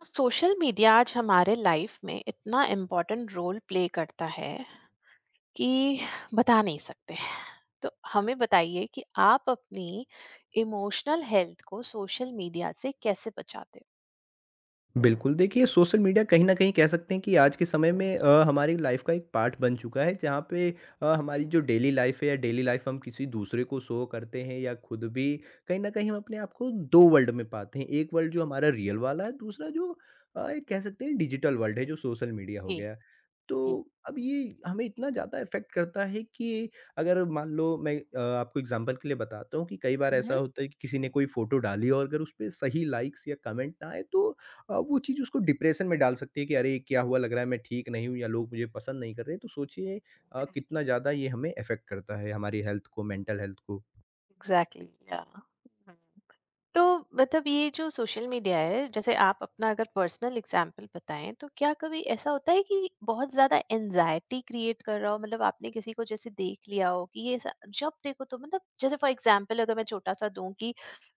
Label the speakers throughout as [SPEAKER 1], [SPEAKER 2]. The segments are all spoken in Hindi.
[SPEAKER 1] तो सोशल मीडिया आज हमारे लाइफ में इतना इम्पोर्टेंट रोल प्ले करता है कि बता नहीं सकते। तो हमें बताइए कि आप अपनी इमोशनल हेल्थ को सोशल मीडिया से कैसे बचाते हो।
[SPEAKER 2] बिल्कुल, देखिए सोशल मीडिया कहीं न कहीं कह सकते हैं कि आज के समय में हमारी लाइफ़ का एक पार्ट बन चुका है, जहाँ पे हमारी जो डेली लाइफ़ है या डेली लाइफ़ हम किसी दूसरे को शो करते हैं या खुद भी कहीं न कहीं हम अपने आप को 2 वर्ल्ड में पाते हैं। एक वर्ल्ड जो हमारा रियल वाला है, दूसरा जो एक कह सकते हैं डिजिटल वर्ल्ड है, जो सोशल मीडिया हो
[SPEAKER 1] जी।
[SPEAKER 2] गया। तो
[SPEAKER 1] जी।
[SPEAKER 2] अब ये हमें इतना ज़्यादा इफ़ेक्ट करता है कि अगर मान लो, मैं आपको एग्ज़ाम्पल के लिए बताता हूँ कि कई बार ऐसा होता है कि किसी ने कोई फ़ोटो डाली और अगर उस पे सही लाइक्स या कमेंट ना आए, तो वो चीज़ उसको डिप्रेशन में डाल सकती है कि अरे! क्या हुआ, लग रहा है मैं ठीक नहीं हूँ, या लोग मुझे पसंद नहीं कर रहे हैं। तो सोचिए कितना ज़्यादा ये हमें इफ़ेक्ट करता है, हमारी हेल्थ को, मेंटल हेल्थ को।
[SPEAKER 1] एग्जैक्टली। या तो मतलब ये जो सोशल मीडिया है, जैसे आप अपना अगर पर्सनल एग्जांपल बताएं, तो क्या कभी ऐसा होता है कि बहुत ज्यादा एनजाइटी क्रिएट कर रहा हो, मतलब आपने किसी को जैसे देख लिया हो कि जब देखो तो मतलब जैसे फॉर एग्जांपल अगर मैं छोटा सा दूं कि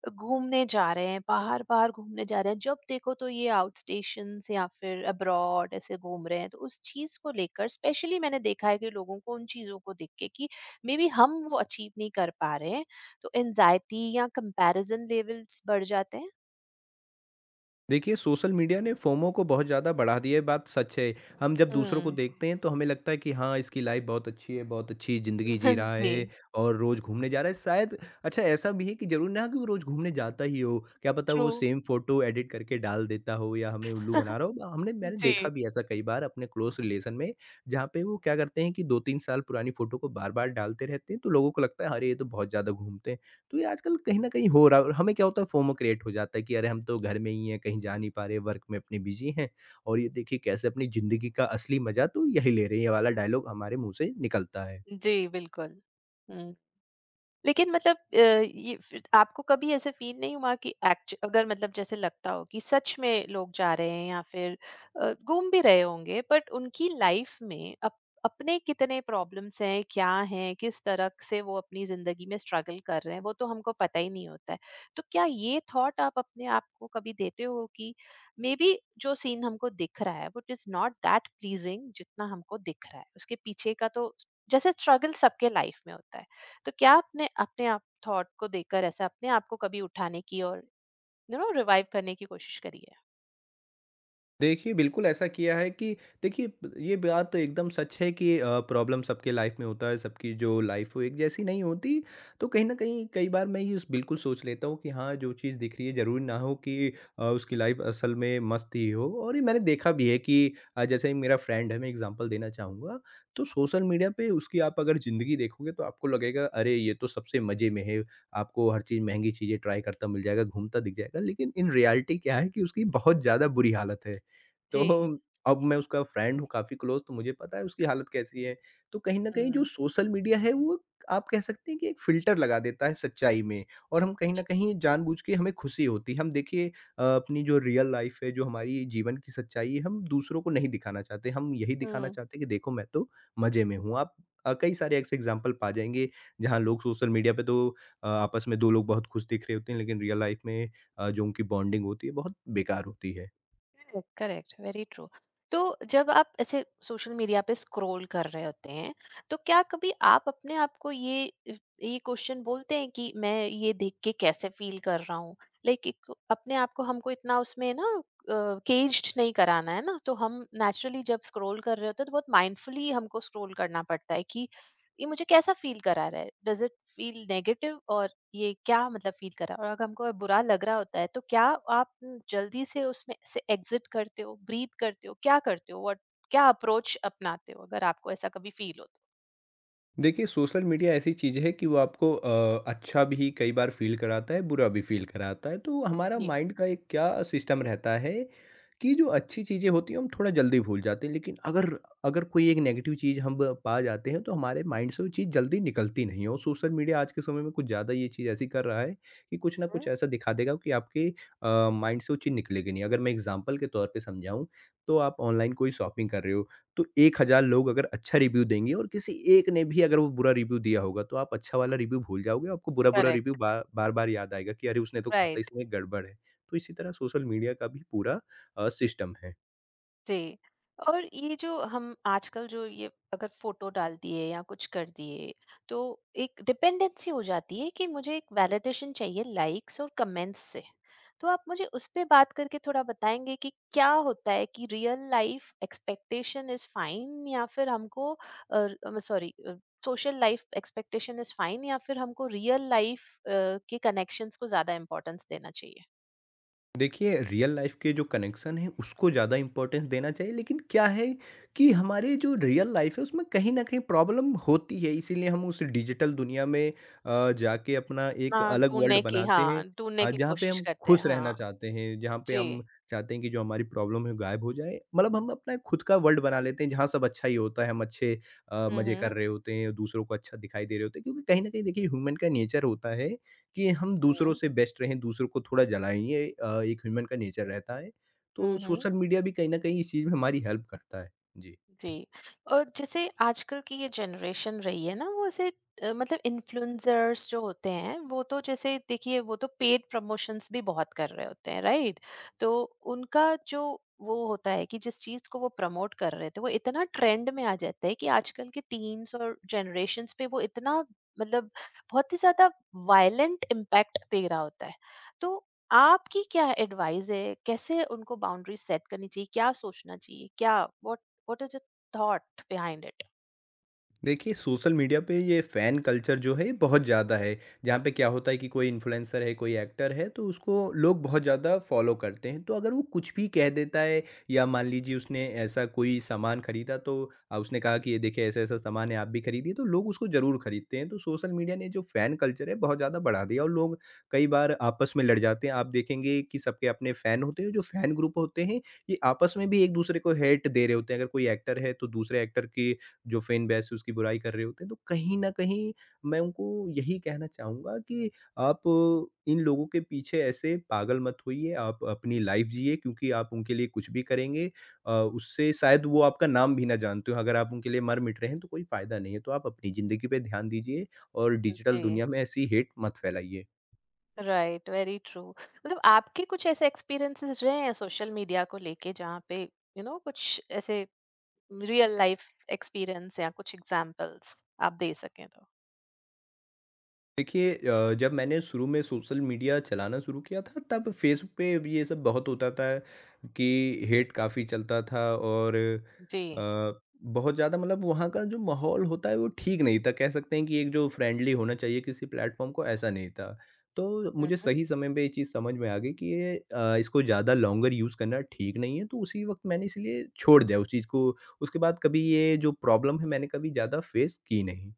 [SPEAKER 1] घूमने जा रहे हैं, बाहर बाहर घूमने जा रहे हैं, जब देखो तो ये आउट स्टेशन या फिर अब्रॉड ऐसे घूम रहे हैं, तो उस चीज को लेकर स्पेशली मैंने देखा है कि लोगों को उन चीजों को देख के कि मे बी हम वो अचीव नहीं कर पा रहे हैं, तो एंजाइटी या कंपैरिजन लेवल्स बढ़ जाते हैं।
[SPEAKER 2] देखिए, सोशल मीडिया ने फोमो को बहुत ज़्यादा बढ़ा दिया है, बात सच है। हम जब दूसरों को
[SPEAKER 1] हम्म।
[SPEAKER 2] देखते हैं, तो हमें लगता है कि हाँ, इसकी लाइफ़ बहुत अच्छी है, बहुत अच्छी ज़िंदगी जी रहा
[SPEAKER 1] जी।
[SPEAKER 2] है और रोज़ घूमने जा रहा है। शायद अच्छा, ऐसा भी है कि ज़रूरी ना कि वो रोज़ घूमने जाता ही हो, क्या पता
[SPEAKER 1] ट्रू।
[SPEAKER 2] वो सेम फ़ोटो एडिट करके डाल देता हो या हमें उल्लू बना रहा हो। हमने मैंने देखा
[SPEAKER 1] जी।
[SPEAKER 2] भी ऐसा कई बार अपने क्लोज़ रिलेशन में, जहाँ पे वो क्या करते हैं कि 2-3 साल पुरानी फ़ोटो को बार-बार डालते रहते हैं, तो लोगों को लगता है, "अरे! ये तो बहुत ज़्यादा घूमते हैं।" तो ये आजकल कहीं न कहीं हो रहा है, और हमें क्या होता है, फोमो क्रिएट हो जाता है कि अरे, हम तो घर में ही हैं, कहीं जा नहीं पा रहे, वर्क में अपने बिज़ी हैं, और ये देखिए कैसे अपनी ज़िंदगी का असली मज़ा तो यही ले रहे हैं, ये वाला डायलॉग हमारे मुँह से निकलता है।
[SPEAKER 1] जी बिल्कुल। हम्म। लेकिन मतलब ये फिर आपको कभी ऐसे फ़ील नहीं हुआ कि एक्च अगर मतलब जैसे लगता हो कि सच में लोग जा रहे हैं, या फिर घूम भी रहे होंगे, बट उनकी लाइफ में अप अपने कितने प्रॉब्लम्स हैं, क्या हैं, किस तरह से वो अपनी ज़िंदगी में स्ट्रगल कर रहे हैं, वो तो हमको पता ही नहीं होता है। तो क्या ये थॉट आप अपने आप को कभी देते हो कि मे बी जो सीन हमको दिख रहा है, but is not that pleasing जितना हमको दिख रहा है, उसके पीछे का तो जैसे स्ट्रगल सबके लाइफ में होता है। तो क्या आपने अपने आप थॉट को देकर ऐसे अपने आप को कभी उठाने की और यू नो रिवाइव करने की कोशिश करी है?
[SPEAKER 2] देखिए, बिल्कुल ऐसा किया है कि देखिए ब ये बात तो एकदम सच है कि प्रॉब्लम सबके लाइफ़ में होता है, सबकी जो लाइफ़ वो एक जैसी नहीं होती। तो कहीं न कहीं कई बार मैं ये स बिल्कुल सोच लेता हूँ कि हाँ, जो चीज़ दिख रही है ज़रूरी ना हो कि उसकी लाइफ़ असल में मस्त ही हो, और ये मैंने देखा भी है कि जैसे ही मेरा फ्रेंड है, मैं एग्ज़ाम्पल देना चाहूँगा, तो सोशल मीडिया पे उसकी आप अगर ज़िंदगी देखोगे तो आपको लगेगा अरे! ये तो सबसे मज़े में है, आपको हर चीज़ महँगी चीज़ें ट्राई करता मिल जाएगा, घूमता दिख जाएगा। लेकिन इन रियलिटी क्या है कि उसकी बहुत ज़्यादा बुरी हालत है। तो
[SPEAKER 1] जी।
[SPEAKER 2] अब मैं उसका फ्रेंड हूँ काफ़ी क्लोज़, तो मुझे पता है उसकी हालत कैसी है। तो कहीं न कहीं जो
[SPEAKER 1] हुँ,
[SPEAKER 2] सोशल मीडिया है, वो आप कह सकते हैं कि एक फ़िल्टर लगा देता है सच्चाई में, और हम कहीं न
[SPEAKER 1] जी।
[SPEAKER 2] कहीं जानबूझ के हमें खुशी होती है। हम देखिए अपनी जो रियल लाइफ़ है, जो हमारी जीवन की सच्चाई है, हम दूसरों को नहीं दिखाना चाहते। हम यही दिखाना
[SPEAKER 1] हुँ।
[SPEAKER 2] चाहते हैं कि देखो, मैं तो मज़े में हूँ। आप कई सारे ऐसे एग्ज़ाम्पल पा जाएँगे, जहाँ लोग सोशल मीडिया पे तो आपस में 2 लोग बहुत खुश दिख रहे होते हैं, लेकिन रियल लाइफ़ में जो उनकी बॉन्डिंग होती है, बहुत बेकार होती है।
[SPEAKER 1] Correct correct very true. तो जब आप ऐसे सोशल मीडिया पे स्क्रॉल कर रहे होते हैं, तो क्या कभी आप अपने आप को ये क्वेश्चन बोलते हैं कि मैं ये देख के कैसे फील कर रहा हूँ। लाइक, अपने आप को हमको इतना उसमें ना केज्ड नहीं कराना है ना, तो हम नेचुरली जब स्क्रॉल कर रहे होते हैं तो बहुत माइंडफुली हमको स्क्रॉल करना पड़ता है कि ये मुझे कैसा फील करा रहा है, डज इट फील नेगेटिव, ये क्या मतलब फील करा, और अगर हमको बुरा लग रहा होता है तो क्या आप जल्दी से उसमें से एग्जिट करते हो, ब्रीथ करते हो, क्या करते हो और क्या अप्रोच अपनाते हो अगर आपको ऐसा कभी फील हो तो?
[SPEAKER 2] देखिए, सोशल मीडिया ऐसी चीज़ है कि वो आपको अच्छा भी कई बार फ़ील कराता है, बुरा भी फ़ील कराता है। तो हमारा
[SPEAKER 1] जी।
[SPEAKER 2] माइंड का एक क्या सिस्टम रहता है कि जो अच्छी चीज़ें होती हैं, हम थोड़ा जल्दी भूल जाते हैं। लेकिन अगर अगर कोई एक नेगेटिव चीज़ हम पा जाते हैं, तो हमारे माइंड से वो चीज़ जल्दी निकलती नहीं है। और सोशल मीडिया आज के समय में कुछ ज़्यादा ये चीज़ ऐसी कर रहा है कि कुछ न कुछ ऐसा दिखा देगा कि आपके माइंड से वो चीज़ निकलेगी नहीं। अगर मैं एग्ज़ाम्पल के तौर पे समझाऊँ, तो आप ऑनलाइन कोई शॉपिंग कर रहे हो। तो 1000 लोग अगर अच्छा रिव्यू देंगे और किसी एक ने भी अगर वो बुरा रिव्यू दिया होगा, तो आप अच्छा वाला रिव्यू भूल जाओगे, आपको बुरा-बुरा रिव्यू
[SPEAKER 1] करेक्ट।
[SPEAKER 2] बा बार-बार याद आएगा कि अरे! उसने तो कहा था
[SPEAKER 1] राइट।
[SPEAKER 2] इसमें गड़बड़ है। तो इसी तरह सोशल मीडिया का भी पूरा सिस्टम है।
[SPEAKER 1] जी। और ये जो हम आजकल जो ये अगर फ़ोटो डाल दिए या कुछ कर दिए, तो एक डिपेंडेंसी हो जाती है कि मुझे एक वैलिडेशन चाहिए लाइक्स और कमेंट्स से। तो आप मुझे उस पे बात करके थोड़ा बताएँगे कि क्या होता है कि real life expectation is fine या फिर हमको sorry social life expectation is fine या फिर हमको रियल लाइफ़ के कनेक्शंस को ज़्यादा इम्पोर्टेंस देना चाहिए?
[SPEAKER 2] देखिए, रियल लाइफ़ के जो कनेक्शन हैं, उसको ज़्यादा इम्पोर्टेंस देना चाहिए, लेकिन क्या है कि हमारे जो रियल लाइफ़ है, उसमें कहीं न कहीं प्रॉब्लम होती है, इसीलिए हम उस डिजिटल दुनिया में जाके अपना एक
[SPEAKER 1] हाँ,
[SPEAKER 2] अलग वर्ल्ड
[SPEAKER 1] ढूँढने की
[SPEAKER 2] बनाते हैं।
[SPEAKER 1] हाँ, ढूँढने
[SPEAKER 2] हाँ,
[SPEAKER 1] की
[SPEAKER 2] जहाँ पे
[SPEAKER 1] कोशिश
[SPEAKER 2] हम
[SPEAKER 1] करते हैं।
[SPEAKER 2] खुश रहना
[SPEAKER 1] हाँ,
[SPEAKER 2] चाहते हैं, जहाँ पे
[SPEAKER 1] जी।
[SPEAKER 2] हम चाहते हैं कि जो हमारी प्रॉब्लम है, गायब हो जाए। मतलब हम अपना एक खुद का वर्ल्ड बना लेते हैं, जहाँ सब अच्छा ही होता है, हम अच्छे
[SPEAKER 1] Hı
[SPEAKER 2] मज़े कर
[SPEAKER 1] hı.
[SPEAKER 2] रहे होते हैं, दूसरों को अच्छा दिखाई दे रहे होते हैं, क्योंकि कहीं न कहीं देखिए, ह्यूमन का नेचर होता है कि हम
[SPEAKER 1] Hı
[SPEAKER 2] दूसरों
[SPEAKER 1] hı.
[SPEAKER 2] से बेस्ट रहें, दूसरों को थोड़ा जलाएँ, ये एक ह्यूमन का नेचर रहता है।
[SPEAKER 1] Hı
[SPEAKER 2] तो
[SPEAKER 1] hı.
[SPEAKER 2] सोशल मीडिया भी कहीं न कहीं इस चीज़ में हमारी हेल्प करता है। जी।
[SPEAKER 1] जी। और जैसे आजकल की ये जनरेशन रही है ना, वो ऐसे मतलब इन्फ्लुएंसर्स जो होते हैं वो तो, जैसे देखिए, वो तो पेड प्रमोशंस भी बहुत कर रहे होते हैं, राइट? तो उनका जो वो होता है कि जिस चीज को वो प्रमोट कर रहे थे वो इतना ट्रेंड में आ जाता है कि आजकल के टीन्स और जनरेशन्स पे वो इतना, मतलब बहुत ही ज्यादा वायलेंट इम्पैक्ट दे रहा होता है। तो आपकी क्या एडवाइस है, कैसे उनको बाउंड्री सेट करनी चाहिए, क्या सोचना चाहिए, क्या, what, what is your thought behind it?
[SPEAKER 2] देखिए, सोशल मीडिया पे ये फ़ैन कल्चर जो है, ये बहुत ज़्यादा है, जहाँ पे क्या होता है कि कोई इन्फ्लुएंसर है, कोई एक्टर है, तो उसको लोग बहुत ज़्यादा फॉलो करते हैं, तो अगर वो कुछ भी कह देता है या मान लीजिए उसने ऐसा कोई सामान खरीदा, तो उसने कहा कि ये देखिए ऐसा ऐसा सामान है, आप भी खरीदिए, तो लोग उसको ज़रूर खरीदते हैं। तो सोशल मीडिया ने जो फ़ैन कल्चर है, बहुत ज़्यादा बढ़ा दिया, और लोग कई बार आपस में लड़ जाते हैं। आप देखेंगे कि सबके अपने फ़ैन होते हैं, जो फ़ैन ग्रुप होते हैं, ये आपस में भी एक दूसरे को हेट दे रहे होते हैं। अगर कोई एक्टर है, तो दूसरे एक्टर की जो फैन बेस है, उसकी बुराई कर रहे होते हैं। तो कहीं न कहीं मैं उनको यही कहना चाहूँगा कि आप इन लोगों के पीछे ऐसे पागल मत होइए, आप अपनी लाइफ़ जिए, क्योंकि आप उनके लिए कुछ भी करेंगे उससे शायद वो आपका नाम भी ना जानते हों। अगर आप उनके लिए मर-मिट रहे हैं तो कोई फ़ायदा नहीं है। तो आप अपनी ज़िंदगी पे ध्यान दीजिए और डिजिटल
[SPEAKER 1] जी।
[SPEAKER 2] दुनिया में ऐसी हेट मत फैलाइए।
[SPEAKER 1] Right very true. मतलब आपके कुछ ऐसे एक्सपीरियंसेस रहे हैं सोशल मीडिया को लेके जहाँ पे यू नो कुछ ऐसे रियल लाइफ एक्सपीरियंस या कुछ एग्जांपल्स आप दे सकें तो?
[SPEAKER 2] देखिए, जब मैंने शुरू में सोशल मीडिया चलाना शुरू किया था, तब फेसबुक पे भी ये सब बहुत होता था कि हेट काफ़ी चलता था, और
[SPEAKER 1] जी।
[SPEAKER 2] बहुत ज़्यादा मतलब वहाँ का जो माहौल होता है, वो ठीक नहीं था। कह सकते हैं कि एक जो फ्रेंडली होना चाहिए किसी प्लेटफॉर्म को, ऐसा नहीं था। तो मुझे सही समय पे ये चीज़ समझ में आ गई कि ये इसको ज़्यादा लॉन्गर यूज़ करना ठीक नहीं है, तो उसी वक्त मैंने इसलिए छोड़ दिया उस चीज़ को। उसके बाद कभी ये जो प्रॉब्लम है, मैंने कभी ज़्यादा फेस की नहीं।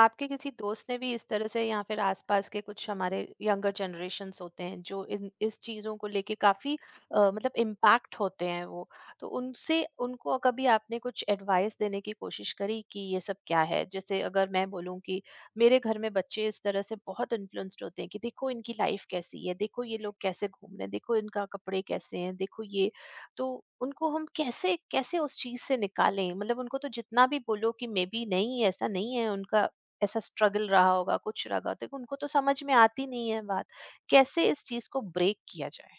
[SPEAKER 1] आपके किसी दोस्त ने भी इस तरह से या फिर आसपास के कुछ हमारे यंगर जनरेशन्स होते हैं जो इन इस चीज़ों को लेके काफ़ी मतलब इम्पैक्ट होते हैं वो, तो उनसे उनको कभी आपने कुछ एडवाइस देने की कोशिश करी कि ये सब क्या है? जैसे अगर मैं बोलूँ कि मेरे घर में बच्चे इस तरह से बहुत इन्फ्लुएंस्ड होते हैं कि देखो इनकी लाइफ कैसी है, देखो ये लोग कैसे घूम रहे हैं, देखो इनका कपड़े कैसे हैं, देखो ये। तो उनको हम कैसे कैसे उस चीज़ से निकालें? मतलब उनको तो जितना भी बोलो कि मे बी नहीं ऐसा नहीं है, उनका ऐसा स्ट्रगल रहा होगा कुछ रहा, तो उनको तो समझ में आती नहीं है बात, कैसे इस चीज को ब्रेक किया जाए?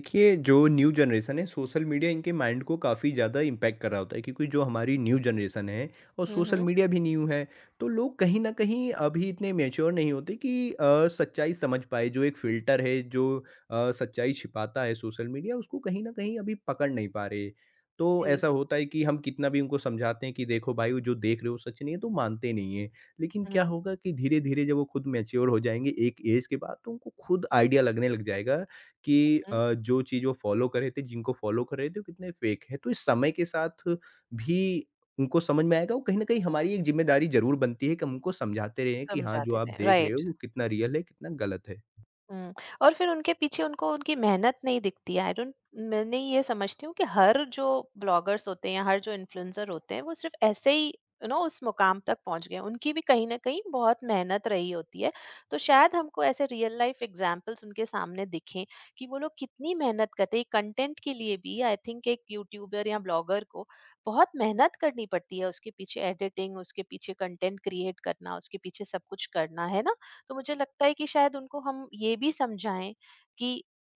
[SPEAKER 2] देखिए, जो न्यू जनरेशन है, सोशल मीडिया इनके माइंड को काफ़ी ज़्यादा इम्पैक्ट कर रहा होता है, क्योंकि जो हमारी न्यू जनरेशन है और
[SPEAKER 1] हम्म।
[SPEAKER 2] सोशल मीडिया भी न्यू है, तो लोग कहीं न कहीं अभी इतने मैच्योर नहीं होते कि सच्चाई समझ पाए। जो एक फ़िल्टर है, जो सच्चाई छिपाता है सोशल मीडिया, उसको कहीं न कहीं अभी पकड़ नहीं पा रहे। तो
[SPEAKER 1] जी।
[SPEAKER 2] ऐसा होता है कि हम कितना भी उनको समझाते हैं कि देखो भाई, वो जो देख रहे हो सच नहीं है, तो मानते नहीं हैं। लेकिन क्या
[SPEAKER 1] हम्म
[SPEAKER 2] होगा कि धीरे-धीरे जब वो खुद मैच्योर हो जाएँगे एक ऐज के बाद, तो उनको खुद आइडिया लगने लग जाएगा कि
[SPEAKER 1] हम्म।
[SPEAKER 2] जो चीज़ वो फ़ॉलो कर रहे थे, जिनको फ़ॉलो कर रहे थे, वो कितने फ़ेक हैं। तो इस समय के साथ भी उनको समझ में आएगा, और कहीं न कहीं हमारी एक ज़िम्मेदारी ज़रूर बनती है कि हम उनको समझाते रहें कि हाँ, जो
[SPEAKER 1] समझाते
[SPEAKER 2] आप
[SPEAKER 1] रहे,
[SPEAKER 2] देख रहे
[SPEAKER 1] राइट।
[SPEAKER 2] हो वो कितना रियल है, कितना गलत है।
[SPEAKER 1] हुँ, और फिर उनके पीछे उनको उनकी मेहनत नहीं दिखती है। आई डोंट, मैंने ये समझती हूँ कि हर जो ब्लॉगर्स होते हैं, हर जो इन्फ्लुएंसर होते हैं, वो सिर्फ़ ऐसे ही यू नो उस मुकाम तक पहुँच गए। उनकी भी कहीं न कहीं बहुत मेहनत रही होती है। तो शायद हमको ऐसे रियल लाइफ़ एग्ज़ाम्पल्स उनके सामने दिखें कि वो लोग कितनी मेहनत करते हैं। कंटेंट के लिए भी आई थिंक एक यूट्यूबर या ब्लॉगर को बहुत मेहनत करनी पड़ती है। उसके पीछे एडिटिंग, उसके पीछे कंटेंट क्रिएट करना, उसके पीछे सब कुछ करना, है ना? तो मुझे लगता है कि शायद उनको हम ये भी समझाएं कि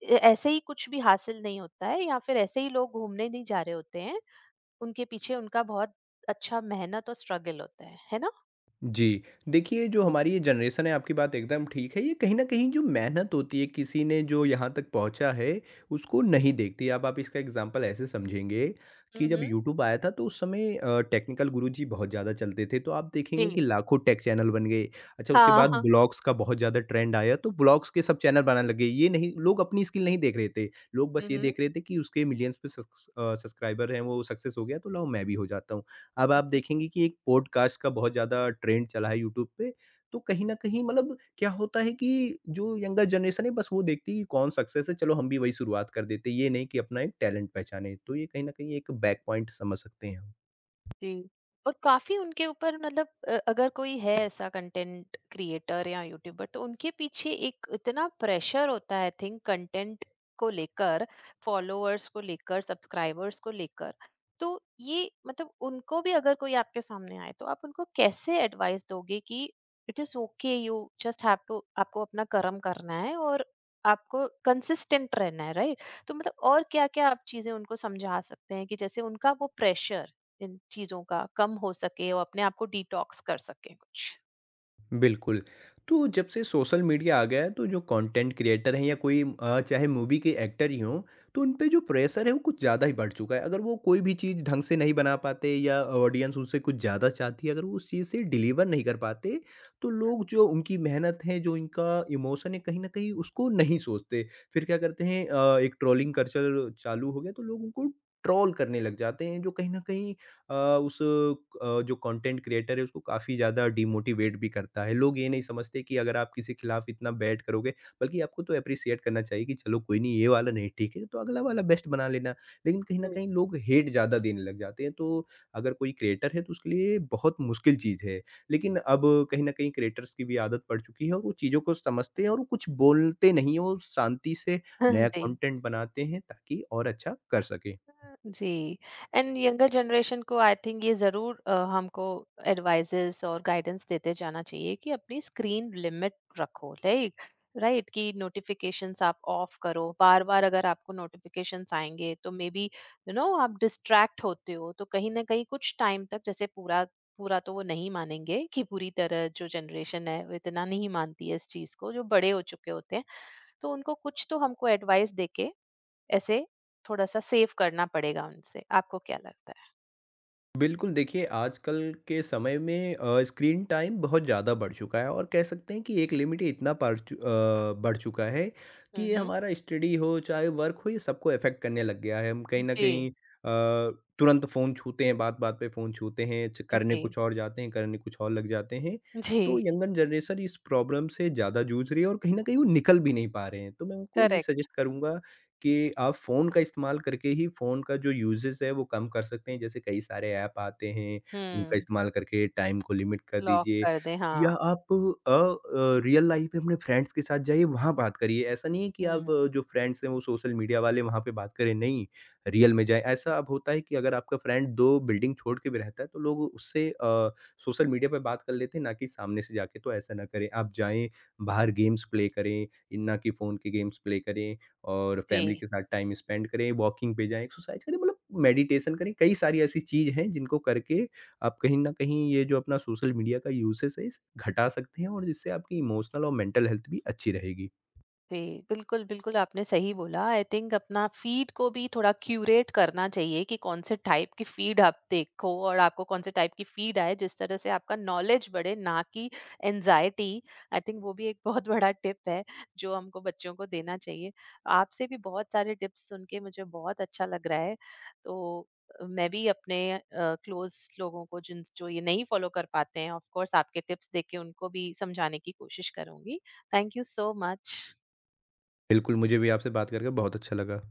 [SPEAKER 1] ऐसे ही कुछ भी हासिल नहीं होता है या फिर ऐसे ही लोग घूमने नहीं जा रहे होते हैं, उनके पीछे उनका बहुत अच्छा मेहनत और स्ट्रगल होता है ना?
[SPEAKER 2] जी। देखिए, जो हमारी ये जनरेशन है, आपकी बात एकदम ठीक है, ये कहीं न कहीं जो मेहनत होती है किसी ने, जो यहाँ तक पहुँचा है, उसको नहीं देखती। अब आप इसका एग्ज़ाम्पल ऐसे समझेंगे कि जब
[SPEAKER 1] हम्म।
[SPEAKER 2] यूट्यूब आया था, तो उस समय टेक्निकल गुरुजी बहुत ज़्यादा चलते थे, तो आप देखेंगे कि
[SPEAKER 1] जी।
[SPEAKER 2] लाखों टेक चैनल बन गए। अच्छा, उसके
[SPEAKER 1] हाँ
[SPEAKER 2] बाद
[SPEAKER 1] हाँ।
[SPEAKER 2] ब्लॉग्स का बहुत ज़्यादा ट्रेंड आया, तो ब्लॉग्स के सब चैनल बनाने लग गए। ये नहीं लोग अपनी स्किल नहीं देख रहे थे, लोग बस ये देख रहे थे कि उसके मिलियंस पे सब्सक्राइबर हैं, वो सक्सेस हो गया तो लाओ मैं भी हो जाता हूँ। अब आप
[SPEAKER 1] हम्म।
[SPEAKER 2] देखेंगे कि एक पॉडकास्ट का बहुत ज़्यादा ट्रेंड चला है यूट्यूब पे, तो कहीं न कहीं मतलब क्या होता है कि जो यंगर जनरेशन है, बस वो देखती है कि कौन सक्सेस है, चलो हम भी वही शुरुआत कर देते हैं। ये नहीं कि अपना एक टैलेंट पहचाने। तो ये कहीं न कहीं एक बैक पॉइंट समझ सकते हैं हम।
[SPEAKER 1] जी। और काफी उनके ऊपर मतलब अगर कोई है ऐसा कंटेंट क्रिएटर या यूट्यूबर तो उनके पीछे एक इतना प्रेशर होता है, आई थिंक कंटेंट को लेकर, फॉलोअर्स को लेकर, सब्सक्राइबर्स को लेकर, तो ये मतलब उनको भी अगर कोई आपके सामने आए तो आप उनको कैसे एडवाइस दोगे कि it is okay, you just have to, आपको अपना कर्म करना है और आपको कंसिस्टेंट रहना है, राइट? तो मतलब और क्या क्या आप चीजें उनको समझा सकते हैं कि जैसे उनका वो प्रेशर इन चीजों का कम हो सके और अपने आप को डिटॉक्स कर सके कुछ।
[SPEAKER 2] बिल्कुल। तो जब से सोशल मीडिया आ गया है तो जो कंटेंट क्रिएटर हैं या कोई चाहे मूवी के एक्टर ही हों, तो उन पे जो प्रेशर है वो कुछ ज़्यादा ही बढ़ चुका है। अगर वो कोई भी चीज़ ढंग से नहीं बना पाते या ऑडियंस उनसे कुछ ज़्यादा चाहती है, अगर वो उस चीज़ से डिलीवर नहीं कर पाते, तो लोग जो उनकी मेहनत है, जो इनका इमोशन है, कहीं न कहीं उसको नहीं सोचते। फिर क्या करते हैं, एक ट्रोलिंग कल्चर चालू हो गया, तो लोग उनको ट्रोल करने लग जाते हैं, जो कहीं न कहीं अ, उस जो कंटेंट क्रिएटर है उसको काफ़ी ज़्यादा डिमोटिवेट भी करता है। लोग ये नहीं समझते कि अगर आप किसी के खिलाफ इतना बैड करोगे, बल्कि आपको तो एप्रिशिएट करना चाहिए कि चलो, कोई नहीं, ये वाला नहीं ठीक है, तो अगला वाला बेस्ट बना लेना। लेकिन कहीं न
[SPEAKER 1] हम्म।
[SPEAKER 2] कहीं लोग हेट ज़्यादा देने लग जाते हैं, तो अगर कोई क्रिएटर है तो उसके लिए बहुत मुश्किल चीज़ है। लेकिन अब कहीं न कहीं क्रिएटर्स की भी आदत पड़ चुकी है, और वो चीज़ों को समझते हैं, और वो कुछ बोलते नहीं हैं, वो शांति से नया
[SPEAKER 1] जी।
[SPEAKER 2] कंटेंट बनाते हैं ताकि और अच्छा कर सकें।
[SPEAKER 1] जी। एंड यंगर जनरेशन को आई थिंक ये ज़रूर हमको एडवाइजेस और गाइडेंस देते जाना चाहिए कि अपनी स्क्रीन लिमिट रखो, लाइक, राइट? कि नोटिफिकेशंस आप ऑफ करो, बार बार अगर आपको नोटिफिकेशंस आएंगे तो मे बी यू नो आप डिस्ट्रैक्ट होते हो, तो कहीं ना कहीं कुछ टाइम तक जैसे पूरा पूरा तो वो नहीं मानेंगे कि पूरी तरह, जो जनरेशन है वो इतना नहीं मानती है इस चीज को, जो बड़े हो चुके होते हैं, तो उनको कुछ तो हमको एडवाइस देके ऐसे थोड़ा-सा सेव करना पड़ेगा उनसे। आपको क्या लगता है?
[SPEAKER 2] बिल्कुल, देखिए आजकल के समय में स्क्रीन टाइम बहुत ज़्यादा बढ़ चुका है, और कह सकते हैं कि एक लिमिट ही इतना बढ़ चुका है कि
[SPEAKER 1] हुँ,
[SPEAKER 2] ये
[SPEAKER 1] हुँ।
[SPEAKER 2] हमारा स्टडी हो, चाहे वर्क हो, ये सबको अफ़ेक्ट करने लग गया है। हम कहीं न
[SPEAKER 1] जी,
[SPEAKER 2] कहीं तुरंत फ़ोन छूते हैं, बात-बात पे फ़ोन छूते हैं, च करने
[SPEAKER 1] जी,
[SPEAKER 2] कुछ और जाते हैं, करने कुछ और लग जाते हैं। तो
[SPEAKER 1] जी,
[SPEAKER 2] यंगर जनरेशन इस प्रॉब्लम से ज़्यादा जूझ रही है, और कहीं न कहीं वो निकल भी नहीं पा रहे हैं। तो मैं उनको ये
[SPEAKER 1] करेक्ट।
[SPEAKER 2] सजेस्ट करूँगा कि आप फ़ोन का इस्तेमाल करके ही फ़ोन का जो यूज़ेज़ है वो कम कर सकते हैं। जैसे कई सारे ऐप आते हैं, उनका
[SPEAKER 1] हुँ,
[SPEAKER 2] इस्तेमाल करके टाइम को लिमिट कर
[SPEAKER 1] लॉक
[SPEAKER 2] दीजिए,
[SPEAKER 1] कर दें,
[SPEAKER 2] या
[SPEAKER 1] हाँ।
[SPEAKER 2] आप रियल लाइफ़ में अपने फ्रेंड्स के साथ जाइए, वहाँ बात करिए। ऐसा नहीं है कि आप
[SPEAKER 1] हुँ,
[SPEAKER 2] जो फ्रेंड्स हैं वो सोशल मीडिया वाले वहाँ पे बात करें, नहीं, रियल में जाएँ। ऐसा अब होता है कि अगर आपका फ्रेंड 2 बिल्डिंग छोड़ के भी रहता है तो लोग उससे सोशल मीडिया पे बात कर लेते हैं, ना कि सामने से जाके, तो ऐसा ना करें। आप जाएँ, बाहर गेम्स प्ले करें, ना कि फ़ोन के गेम्स प्ले करें। और
[SPEAKER 1] जी।
[SPEAKER 2] फैमिली के साथ टाइम स्पेंड करें, वॉकिंग पे जाएँ, एक्सरसाइज़ करें, मतलब मेडिटेशन करें। कई सारी ऐसी चीज़ हैं जिनको करके आप कहीं न कहीं ये जो अपना सोशल मीडिया का यूसेज है, इसे घटा सकते हैं, और जिससे आपकी इमोशनल और मेंटल हेल्थ भी अच्छी रहेगी।
[SPEAKER 1] जी, बिल्कुल, बिल्कुल आपने सही बोला। आई थिंक अपना फीड को भी थोड़ा क्यूरेट करना चाहिए कि कौन-से टाइप की फीड आप देखो और आपको कौन-से टाइप की फीड आए, जिस तरह से आपका नॉलेज बढ़े, ना कि एंग्ज़ायटी। आई थिंक वो भी एक बहुत बड़ा टिप है, जो हमको बच्चों को देना चाहिए। आपसे भी बहुत सारे टिप्स सुन के मुझे बहुत अच्छा लग रहा है। तो मैं भी अपने क्लोज़ लोगों को जिन जो ये नहीं फ़ॉलो कर पाते हैं, ऑफ़ कोर्स आपके टिप्स देके उनको भी समझाने की कोशिश करूँगी। Thank you so much.
[SPEAKER 2] बिल्कुल, मुझे भी आपसे बात करके बहुत अच्छा लगा।